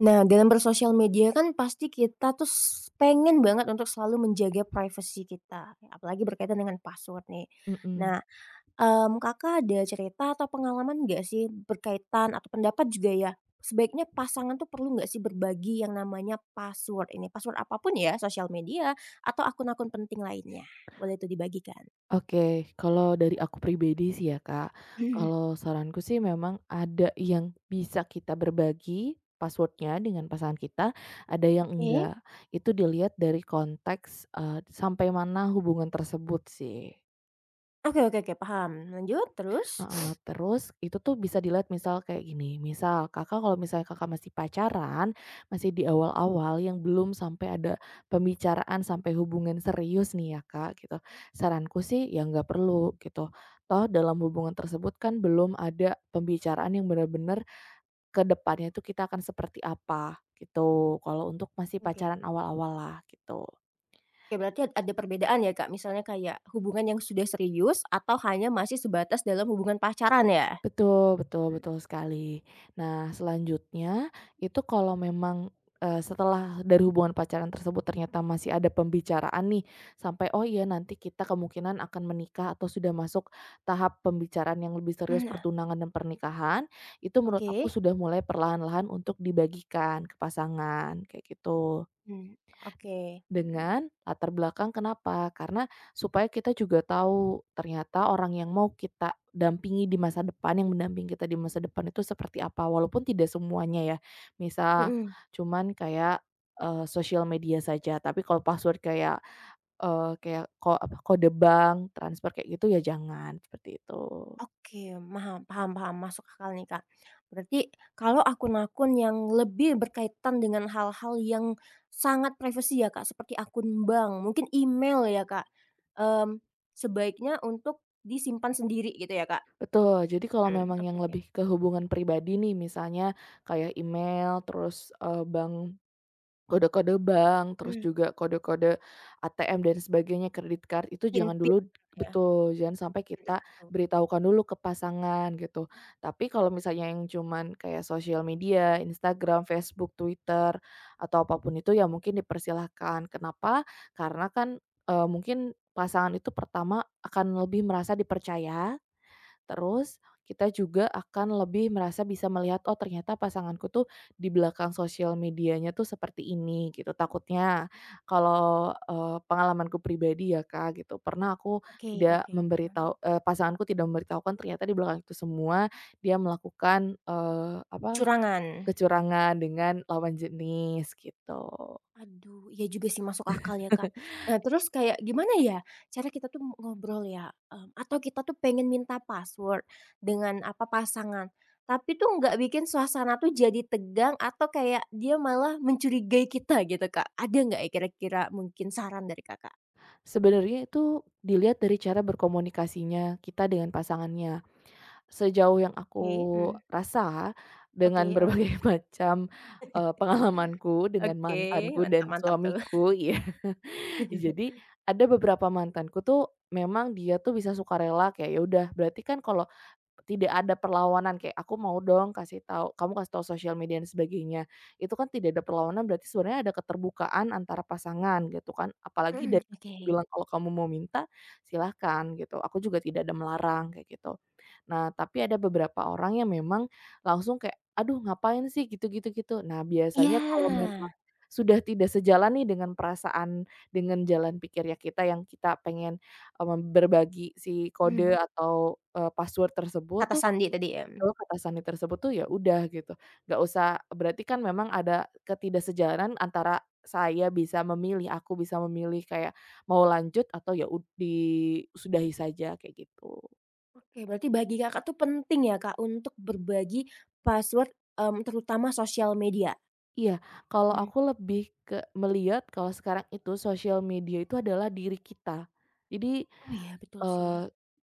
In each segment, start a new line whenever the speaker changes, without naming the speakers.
Nah, dalam bersosial media kan pasti kita tuh pengen banget untuk selalu menjaga privasi kita, apalagi berkaitan dengan password nih.
Mhm.
Nah, Kakak ada cerita atau pengalaman nggak sih berkaitan atau pendapat juga ya, sebaiknya pasangan tuh perlu nggak sih berbagi yang namanya password ini? Password apapun ya, sosial media atau akun-akun penting lainnya. Boleh tuh dibagikan.
Oke, kalau dari aku pribadi sih ya, Kak, kalau saranku sih memang ada yang bisa kita berbagi passwordnya dengan pasangan kita, ada yang
Oke.
enggak. Itu dilihat dari konteks, sampai mana hubungan tersebut sih.
Oke oke oke, paham. Lanjut, terus?
Heeh, terus itu tuh bisa dilihat misal kayak gini, misal Kakak kalau misalnya Kakak masih pacaran, masih di awal-awal yang belum sampai ada pembicaraan sampai hubungan serius nih ya Kak gitu, saranku sih ya nggak perlu gitu. Toh dalam hubungan tersebut kan belum ada pembicaraan yang benar-benar ke depannya tuh kita akan seperti apa gitu, kalau untuk masih
Oke.
pacaran awal-awal lah gitu.
Oke, berarti ada perbedaan ya, Kak? Misalnya kayak hubungan yang sudah serius atau hanya masih sebatas dalam hubungan pacaran ya?
Betul betul
Mhm.
betul sekali. Nah, selanjutnya itu kalau memang, setelah dari hubungan pacaran tersebut ternyata masih ada pembicaraan nih, sampai, "Oh iya nanti kita kemungkinan akan menikah," atau sudah masuk tahap pembicaraan yang lebih serius
Nah,
pertunangan dan pernikahan, itu menurut
oke.
aku sudah mulai perlahan-lahan untuk dibagikan ke pasangan, kayak gitu.
Mmm, oke, mhm,
Dengan latar belakang kenapa, karena supaya kita juga tahu ternyata orang yang mau kita dampingi di masa depan, yang mendampingi kita di masa depan itu seperti apa, walaupun tidak semuanya ya. Misal
mhm.
cuman kayak, sosial media saja, tapi kalau password kayak, kayak apa, kode bank, transfer kayak gitu ya jangan, seperti itu.
Oke, paham paham, masuk akal nih, Kak. Berarti kalau akun-akun yang lebih berkaitan dengan hal-hal yang sangat privasi ya, Kak, seperti akun bank, mungkin email ya, Kak, mmm, sebaiknya untuk disimpan sendiri gitu ya, Kak?
Betul, jadi kalau
Mhm,
memang
oke
yang
oke.
lebih ke hubungan pribadi nih, misalnya kayak email, terus, bank, kode-kode bank, terus
Mmm,
juga kode-kode ATM dan sebagainya, kredit card itu
pin
jangan
pin
dulu,
ya,
betul, jangan sampai
pin
kita
tertentu.
beritahukan dulu ke pasangan gitu. Tapi kalau misalnya yang cuman kayak sosial media, Instagram, Facebook, Twitter, atau apapun itu ya mungkin dipersilahkan. Kenapa? Karena kan, mungkin pasangan itu pertama akan lebih merasa dipercaya. Terus kita juga akan lebih merasa bisa melihat, "Oh ternyata pasanganku tuh di belakang sosial medianya tuh seperti ini," gitu. Takutnya kalau, pengalamanku pribadi ya Kak gitu, pernah aku
Oke
tidak
oke, mhm,
memberitahu, pasanganku tidak memberitahukan, ternyata di belakang itu semua dia melakukan,
curangan.
kecurangan dengan lawan jenis gitu.
Aduh, iya juga sih masuk akal ya, Kak. Nah, terus kayak gimana ya cara kita tuh ngobrol ya, atau kita tuh pengen minta password dengan, apa, pasangan, tapi tuh nggak bikin suasana tuh jadi tegang atau kayak dia malah mencurigai kita gitu, Kak. Ada nggak ya kira-kira mungkin saran dari Kakak?
Sebenarnya itu dilihat dari cara berkomunikasinya kita dengan pasangannya. Sejauh yang aku
Oke, mhm.
rasa,
Oke,
dengan
heeh,
berbagai macam, pengalamanku dengan
oke,
mantanku
mantap
dan
mantap tuh.
suamiku ya. Jadi, ada beberapa mantanku tuh memang dia tuh bisa sukarela kayak, ya udah berarti kan kalau tidak ada perlawanan kayak, "Aku mau dong kasih tahu kamu, kasih tahu sosial media dan sebagainya." Itu kan tidak ada perlawanan, berarti sebenarnya ada keterbukaan antara pasangan gitu kan. Apalagi
Mhm,
dari
oke.
bilang, "Kalau kamu mau minta, silahkan," gitu. Aku juga tidak ada melarang kayak gitu. Nah, tapi ada beberapa orang yang memang langsung kayak, "Aduh ngapain sih?" Gitu gitu gitu. Nah, biasanya kalau
Iya,
memang sudah tidak sejalan nih dengan perasaan, dengan jalan pikir ya kita yang kita pengen, berbagi si
mmm,
kode atau, password tersebut
kata
tuh,
sandi tadi ya?
atau kata sandi tersebut tuh, ya udah gitu. Nggak usah, berarti kan memang ada ketidaksejalanan, antara saya bisa memilih, aku bisa memilih kayak mau lanjut atau ya disudahi saja, kayak gitu.
Oke, berarti bagi Kakak tuh penting ya, Kak, untuk berbagi password, terutama sosial media?
Iya, kalau
Mmm.
aku lebih ke melihat kalau sekarang itu sosial media itu adalah diri kita. Jadi,
Oh iya, betul sih.
eee,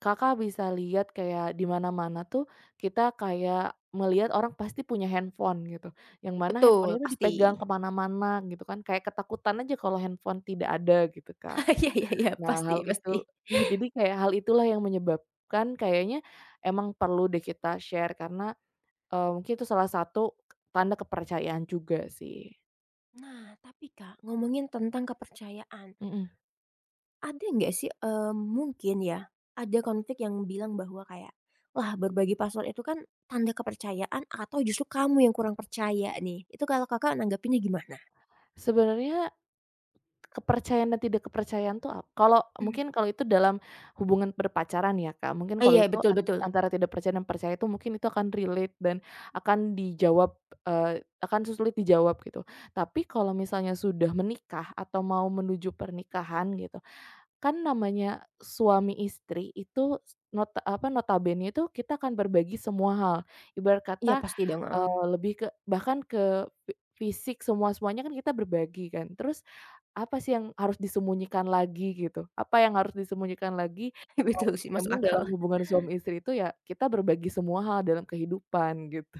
Kakak bisa lihat kayak di mana-mana tuh kita kayak melihat orang pasti punya handphone gitu, yang mana
Betul,
handphonenya tuh
pasti.
dipegang kemana mana gitu kan, kayak ketakutan aja kalau handphone tidak ada gitu kan.
Iya iya iya,
Nah
pasti
hal
pasti.
itu ya jadi kayak hal itulah yang menyebabkan kayaknya emang perlu deh kita share, karena, mungkin itu salah satu tanda kepercayaan juga sih.
Nah, tapi Kak, ngomongin tentang kepercayaan,
Mhm.
ada nggak sih, mungkin ya, ada konflik yang bilang bahwa kayak, "Wah, berbagi password itu kan tanda kepercayaan atau justru kamu yang kurang percaya nih?" Itu kalau Kakak nanggepinnya gimana?
Sebenarnya kepercayaan dan tidak kepercayaan tuh kalau
Mmm.
mungkin kalau itu dalam hubungan berpacaran ya, Kak, mungkin
Ah,
kalau
iya,
itu
betul betul.
antara tidak percaya dan percaya itu mungkin itu akan relate dan akan dijawab, akan sulit dijawab gitu. Tapi kalau misalnya sudah menikah atau mau menuju pernikahan gitu, kan namanya suami istri itu nota apa, notabene itu kita akan berbagi semua hal. Ibarat kata,
Iya, pasti dong, heeh.
lebih ke bahkan ke fisik, semua-semuanya kan kita berbagi kan. Terus apa sih yang harus disembunyikan lagi gitu, apa yang harus disembunyikan lagi, kalau
Betul sih, masuk
memang dalam
akal.
hubungan suami istri itu ya kita berbagi semua hal dalam kehidupan gitu.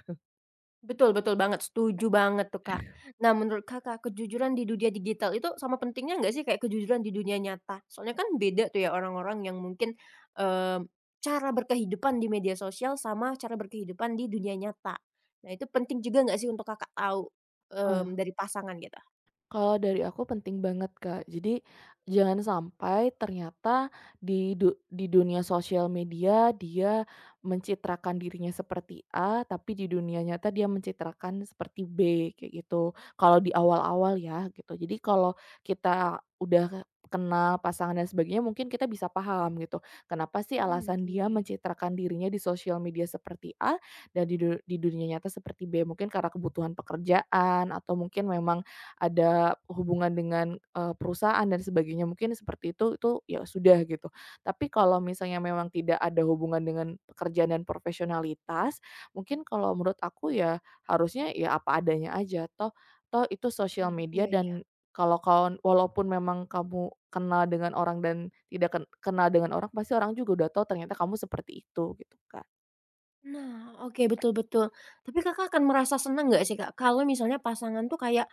Betul betul banget, setuju banget tuh, Kak. Nah, menurut Kakak, kejujuran di dunia digital itu sama pentingnya nggak sih kayak kejujuran di dunia nyata? Soalnya kan beda tuh ya orang-orang yang mungkin, eee, cara berkehidupan di media sosial sama cara berkehidupan di dunia nyata. Nah, itu penting juga nggak sih untuk Kakak tahu, dari pasangan gitu?
Kalau dari aku penting banget, Kak. Jadi jangan sampai ternyata di dunia sosial media dia mencitrakan dirinya seperti A, tapi di dunia nyata dia mencitrakan seperti B kayak gitu. Kalau di awal-awal ya gitu. Jadi kalau kita udah kenal pasangan dan sebagainya mungkin kita bisa paham gitu. Kenapa sih
Mhm,
alasan
oke.
dia mencitrakan dirinya di sosial media seperti A dan di dunia nyata seperti B? Mungkin karena kebutuhan pekerjaan atau mungkin memang ada hubungan dengan, perusahaan dan sebagainya, mungkin seperti itu ya sudah gitu. Tapi kalau misalnya memang tidak ada hubungan dengan pekerjaan dan profesionalitas, mungkin kalau menurut aku ya harusnya ya apa adanya aja, toh toh itu sosial
Mhm,
media,
iya iya.
dan kalau kau walaupun memang kamu kenal dengan orang dan tidak kenal dengan orang, pasti orang juga udah tahu ternyata kamu seperti itu gitu, kan.
Nah, oke, betul betul. Tapi Kakak akan merasa senang nggak sih, Kak, kalau misalnya pasangan tuh kayak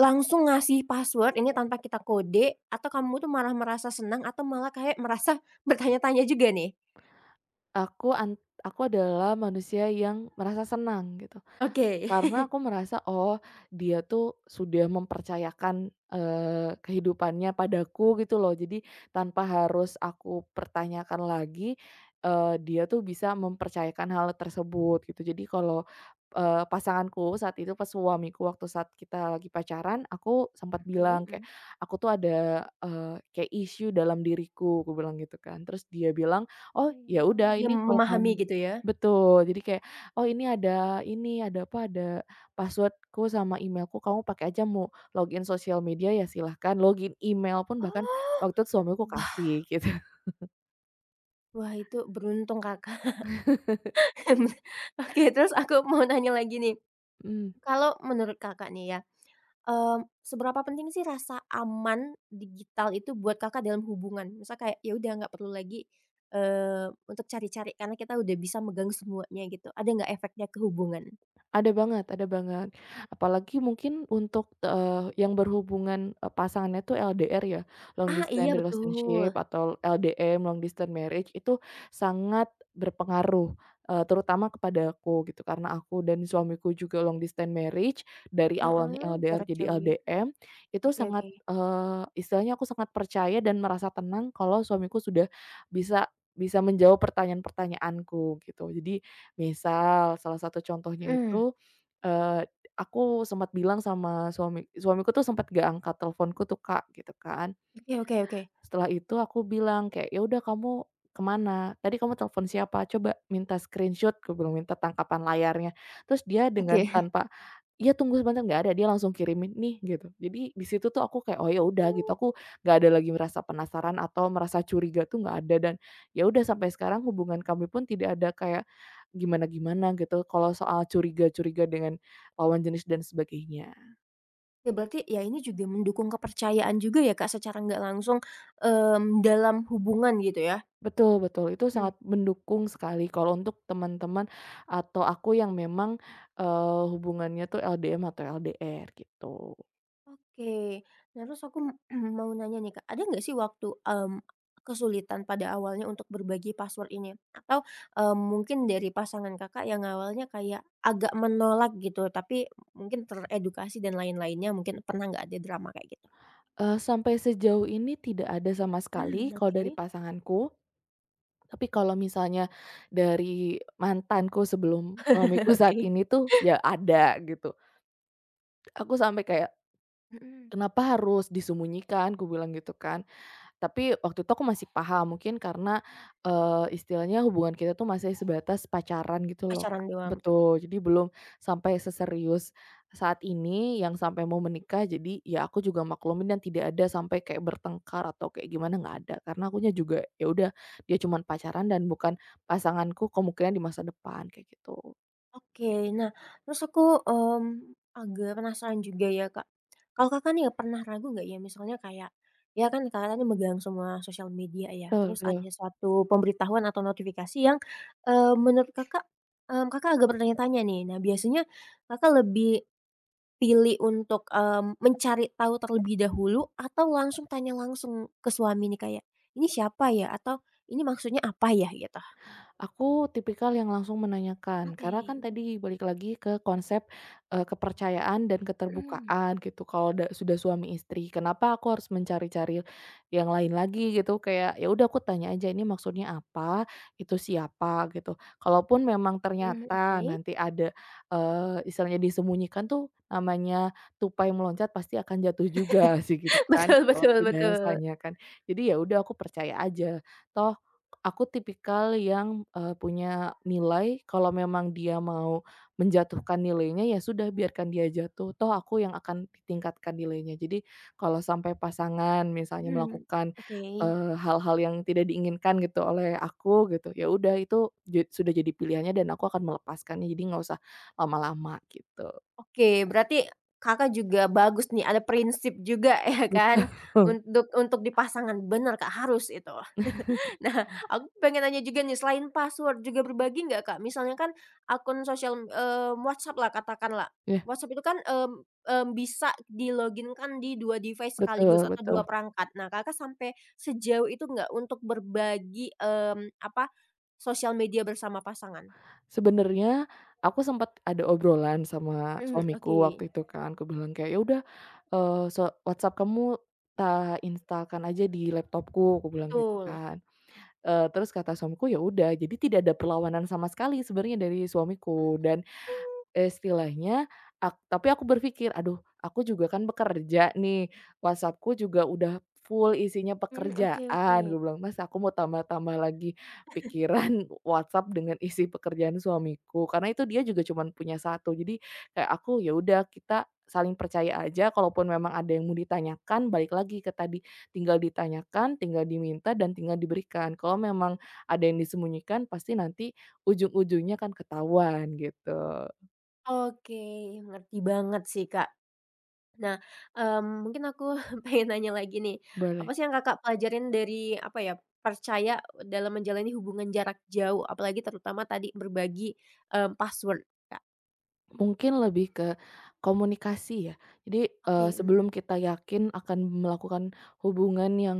langsung ngasih password ini tanpa kita kode, atau kamu tuh malah merasa senang atau malah kayak merasa bertanya-tanya juga nih?
Aku an aku adalah manusia yang merasa senang gitu.
Oke.
Karena aku merasa, oh dia tuh sudah mempercayakan, kehidupannya padaku gitu loh. Jadi tanpa harus aku pertanyakan lagi, dia tuh bisa mempercayakan hal tersebut gitu. Jadi kalau, pasanganku saat itu, pas suamiku waktu saat kita lagi pacaran, aku sempat
Oke,
bilang kayak,
mhm.
"Aku tuh ada, kayak issue dalam diriku," aku bilang gitu kan. Terus dia bilang, "Oh
Oke.
ya
Oh,
udah
Dia dia
ini kalau
memahami
kamu,"
gitu ya?
betul. Jadi kayak, "Oh ini, ada apa, ada passwordku sama emailku, kamu pakai aja, mau login sosial media ya silahkan, login email pun," bahkan
Oh.
waktu itu suamiku
Wah,
kasih gitu.
wah itu beruntung Kakak. Oke, terus aku mau nanya lagi nih,
Mhm.
kalau menurut Kakak nih ya, seberapa penting sih rasa aman digital itu buat Kakak dalam hubungan? Misal kayak ya udah nggak perlu lagi, untuk cari-cari karena kita udah bisa megang semuanya gitu, ada nggak efeknya ke hubungan?
Ada banget, ada banget. Apalagi mungkin untuk, yang berhubungan, pasangannya tuh LDR ya, long
Ah, iya
distance
betul,
relationship, atau LDM, long distance marriage, itu sangat berpengaruh, terutama kepada aku gitu. Karena aku dan suamiku juga long distance marriage, dari awalnya
heeh,
LDR
jarak
jadi
jauh ya,
LDM, itu
oke
sangat,
oke,
istilahnya aku sangat percaya dan merasa tenang kalau suamiku sudah bisa bisa menjawab pertanyaan-pertanyaanku gitu. Jadi misal salah satu contohnya
mhm,
itu, eee, aku sempat bilang sama suamiku tuh sempat nggak angkat teleponku tuh Kak, gitu kan.
oke oke oke,
Setelah itu aku bilang kayak, "Ya udah kamu kemana? Tadi kamu telepon siapa? Coba minta screenshot," aku bilang, "minta tangkapan layarnya." Terus dia dengan
oke.
tanpa, "Iya tunggu sebentar," nggak ada, dia langsung kirimin, "Nih," gitu. Jadi di situ tuh aku kayak, "Oh ya udah," gitu. Aku nggak ada lagi merasa penasaran atau merasa curiga tuh nggak ada, dan ya udah sampai sekarang hubungan kami pun tidak ada kayak gimana-gimana gitu kalau soal curiga-curiga dengan lawan jenis dan sebagainya.
Ya berarti ya ini juga mendukung kepercayaan juga ya Kak secara nggak langsung, dalam hubungan gitu ya?
Betul betul, itu sangat mendukung sekali kalau untuk teman-teman atau aku yang memang, hubungannya tuh LDM atau LDR gitu.
Oke. Nah, terus aku mau nanya nih, Kak, ada nggak sih waktu, kesulitan pada awalnya untuk berbagi password ini? Atau, mungkin dari pasangan Kakak yang awalnya kayak agak menolak gitu, tapi mungkin teredukasi dan lain-lainnya, mungkin pernah nggak ada drama kayak gitu?
Sampai sejauh ini tidak ada sama sekali kalau
Oke.
dari pasanganku, tapi kalau misalnya dari mantanku sebelum suamiku saat
Oke.
ini tuh ya ada gitu. Aku sampai kayak,
Mhm.
"Kenapa harus disembunyikan?" Ku bilang gitu kan. Tapi waktu itu aku masih paham, mungkin karena, istilahnya hubungan kita tuh masih sebatas pacaran gitu loh,
Pacaran
Kak.
doang, betul.
Betul, jadi belum sampai seserius saat ini yang sampai mau menikah, jadi ya aku juga maklumin dan tidak ada sampai kayak bertengkar atau kayak gimana, nggak ada. Karena akunya juga, ya udah dia cuman pacaran dan bukan pasanganku kemungkinan di masa depan, kayak gitu.
Oke, nah terus aku, mmm, agak penasaran juga ya, Kak. Kalau Kakak nih pernah ragu nggak ya misalnya kayak, ya kan Kakak tadi megang semua sosial media ya,
Betul
terus
betul.
ada suatu pemberitahuan atau notifikasi yang, menurut Kakak, Kakak agak bertanya-tanya nih. Nah biasanya Kakak lebih pilih untuk, mencari tahu terlebih dahulu atau langsung tanya langsung ke suami nih kayak, "Ini siapa ya?" Atau, "Ini maksudnya apa ya?" Gitu?
Aku tipikal yang langsung menanyakan,
Oke,
karena kan tadi balik lagi ke konsep, kepercayaan dan
mhm,
keterbukaan gitu kalau sudah suami istri. Kenapa aku harus mencari-cari yang lain lagi gitu, kayak ya udah aku tanya aja ini maksudnya apa, itu siapa gitu. Kalaupun memang
mhm, oke.
ternyata nanti ada, istilahnya disembunyikan tuh namanya tupai meloncat pasti akan jatuh juga sih gitu kan,
Betul
kalau
betul betul.
peribahasanya kan. Jadi ya udah aku percaya aja, toh aku tipikal yang, punya nilai kalau memang dia mau menjatuhkan nilainya, ya sudah biarkan dia jatuh, toh aku yang akan ditingkatkan nilainya. Jadi kalau sampai pasangan misalnya
Mhm,
melakukan,
oke.
hal-hal yang tidak diinginkan gitu oleh aku gitu, ya udah itu sudah jadi pilihannya dan aku akan melepaskannya, jadi nggak usah lama-lama gitu.
Oke, berarti Kakak juga bagus nih, ada prinsip juga ya kan, untuk di pasangan, bener Kak, harus itu. Nah, aku pengen nanya juga nih, selain password juga berbagi nggak Kak? Misalnya kan akun sosial, WhatsApp lah katakanlah.
Ya
WhatsApp itu kan, bisa di login di 2 device
betul
sekaligus atau
betul.
2 perangkat. Nah, Kakak sampai sejauh itu nggak untuk berbagi, apa, sosial media bersama pasangan?
Sebenarnya aku sempat ada obrolan sama
Mhm, oke.
suamiku waktu itu kan, aku bilang kayak, "Ya udah, WhatsApp kamu install-kan aja di laptopku," aku bilang gitu
Betul.
kan. Terus kata suamiku, "Ya udah." Jadi tidak ada perlawanan sama sekali sebenarnya dari
Mhm.
suamiku. Dan istilahnya tapi aku berpikir, "Aduh, aku juga kan bekerja nih, WhatsApp-ku juga udah full isinya
Mhm, oke oke.
pekerjaan," gue bilang, "Mas, aku mau tambah-tambah lagi pikiran WhatsApp dengan isi pekerjaan suamiku." Karena itu dia juga cuman punya satu. Jadi kayak aku, ya udah kita saling percaya aja, kalaupun memang ada yang mau ditanyakan, balik lagi ke tadi, tinggal ditanyakan, tinggal diminta, dan tinggal diberikan. Kalau memang ada yang disembunyikan, pasti nanti ujung-ujungnya kan ketahuan, gitu.
Oke, ngerti banget sih, Kak. Nah, mungkin aku pengen nanya lagi nih, apa
Boleh.
sih yang Kakak pelajarin dari, apa ya, percaya dalam menjalani hubungan jarak jauh, apalagi terutama tadi berbagi, password, Kak?
Mungkin lebih ke komunikasi ya. Jadi,
Oke, hmm.
sebelum kita yakin akan melakukan hubungan yang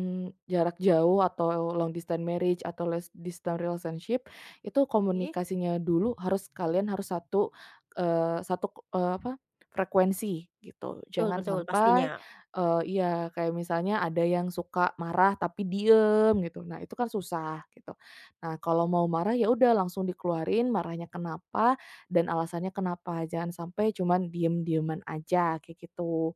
jarak jauh atau long distance marriage atau less distance relationship, itu
Oke.
komunikasinya dulu harus, kalian harus satu, eee, satu, eee, apa, frekuensi gitu.
Betul
Jangan
betul
sampai,
pastinya.
iya, kayak misalnya ada yang suka marah tapi diem gitu. Nah, itu kan susah gitu. Nah, kalau mau marah ya udah langsung dikeluarin marahnya kenapa, dan alasannya kenapa, jangan sampai cuman diem-dieman aja, kayak gitu.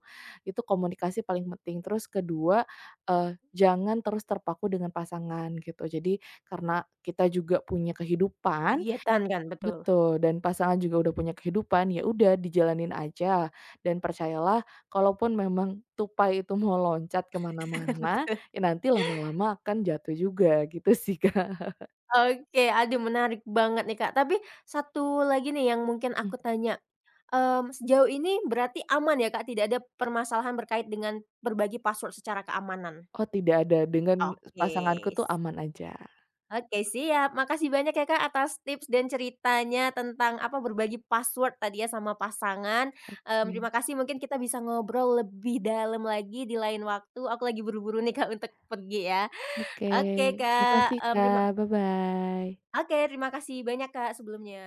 Itu komunikasi paling penting. Terus kedua, jangan terus terpaku dengan pasangan gitu. Jadi karena kita juga punya kehidupan,
Kegiatan kan, betul.
betul, dan pasangan juga udah punya kehidupan, ya udah dijalanin aja. Dan percayalah, kalaupun memang tupai itu mau loncat kemana mana
Betul.
ya nanti lama-lama akan jatuh juga, gitu sih, Kak.
Oke, aduh menarik banget nih, Kak. Tapi satu lagi nih yang mungkin
Mmm,
aku tanya. Sejauh ini berarti aman ya, Kak, tidak ada permasalahan berkait dengan berbagi password secara keamanan?
oh tidak ada, dengan pasanganku
Oke
tuh
s
aman aja.
oke siap, makasih banyak ya, Kak, atas tips dan ceritanya tentang apa, berbagi password tadi ya sama pasangan,
Iya.
terima kasih mungkin kita bisa ngobrol lebih dalam lagi di lain waktu, aku lagi buru-buru nih, Kak, untuk pergi ya.
Oke,
Oke, Kak,
makasih Kak, bye-bye.
oke terima kasih banyak, Kak, sebelumnya.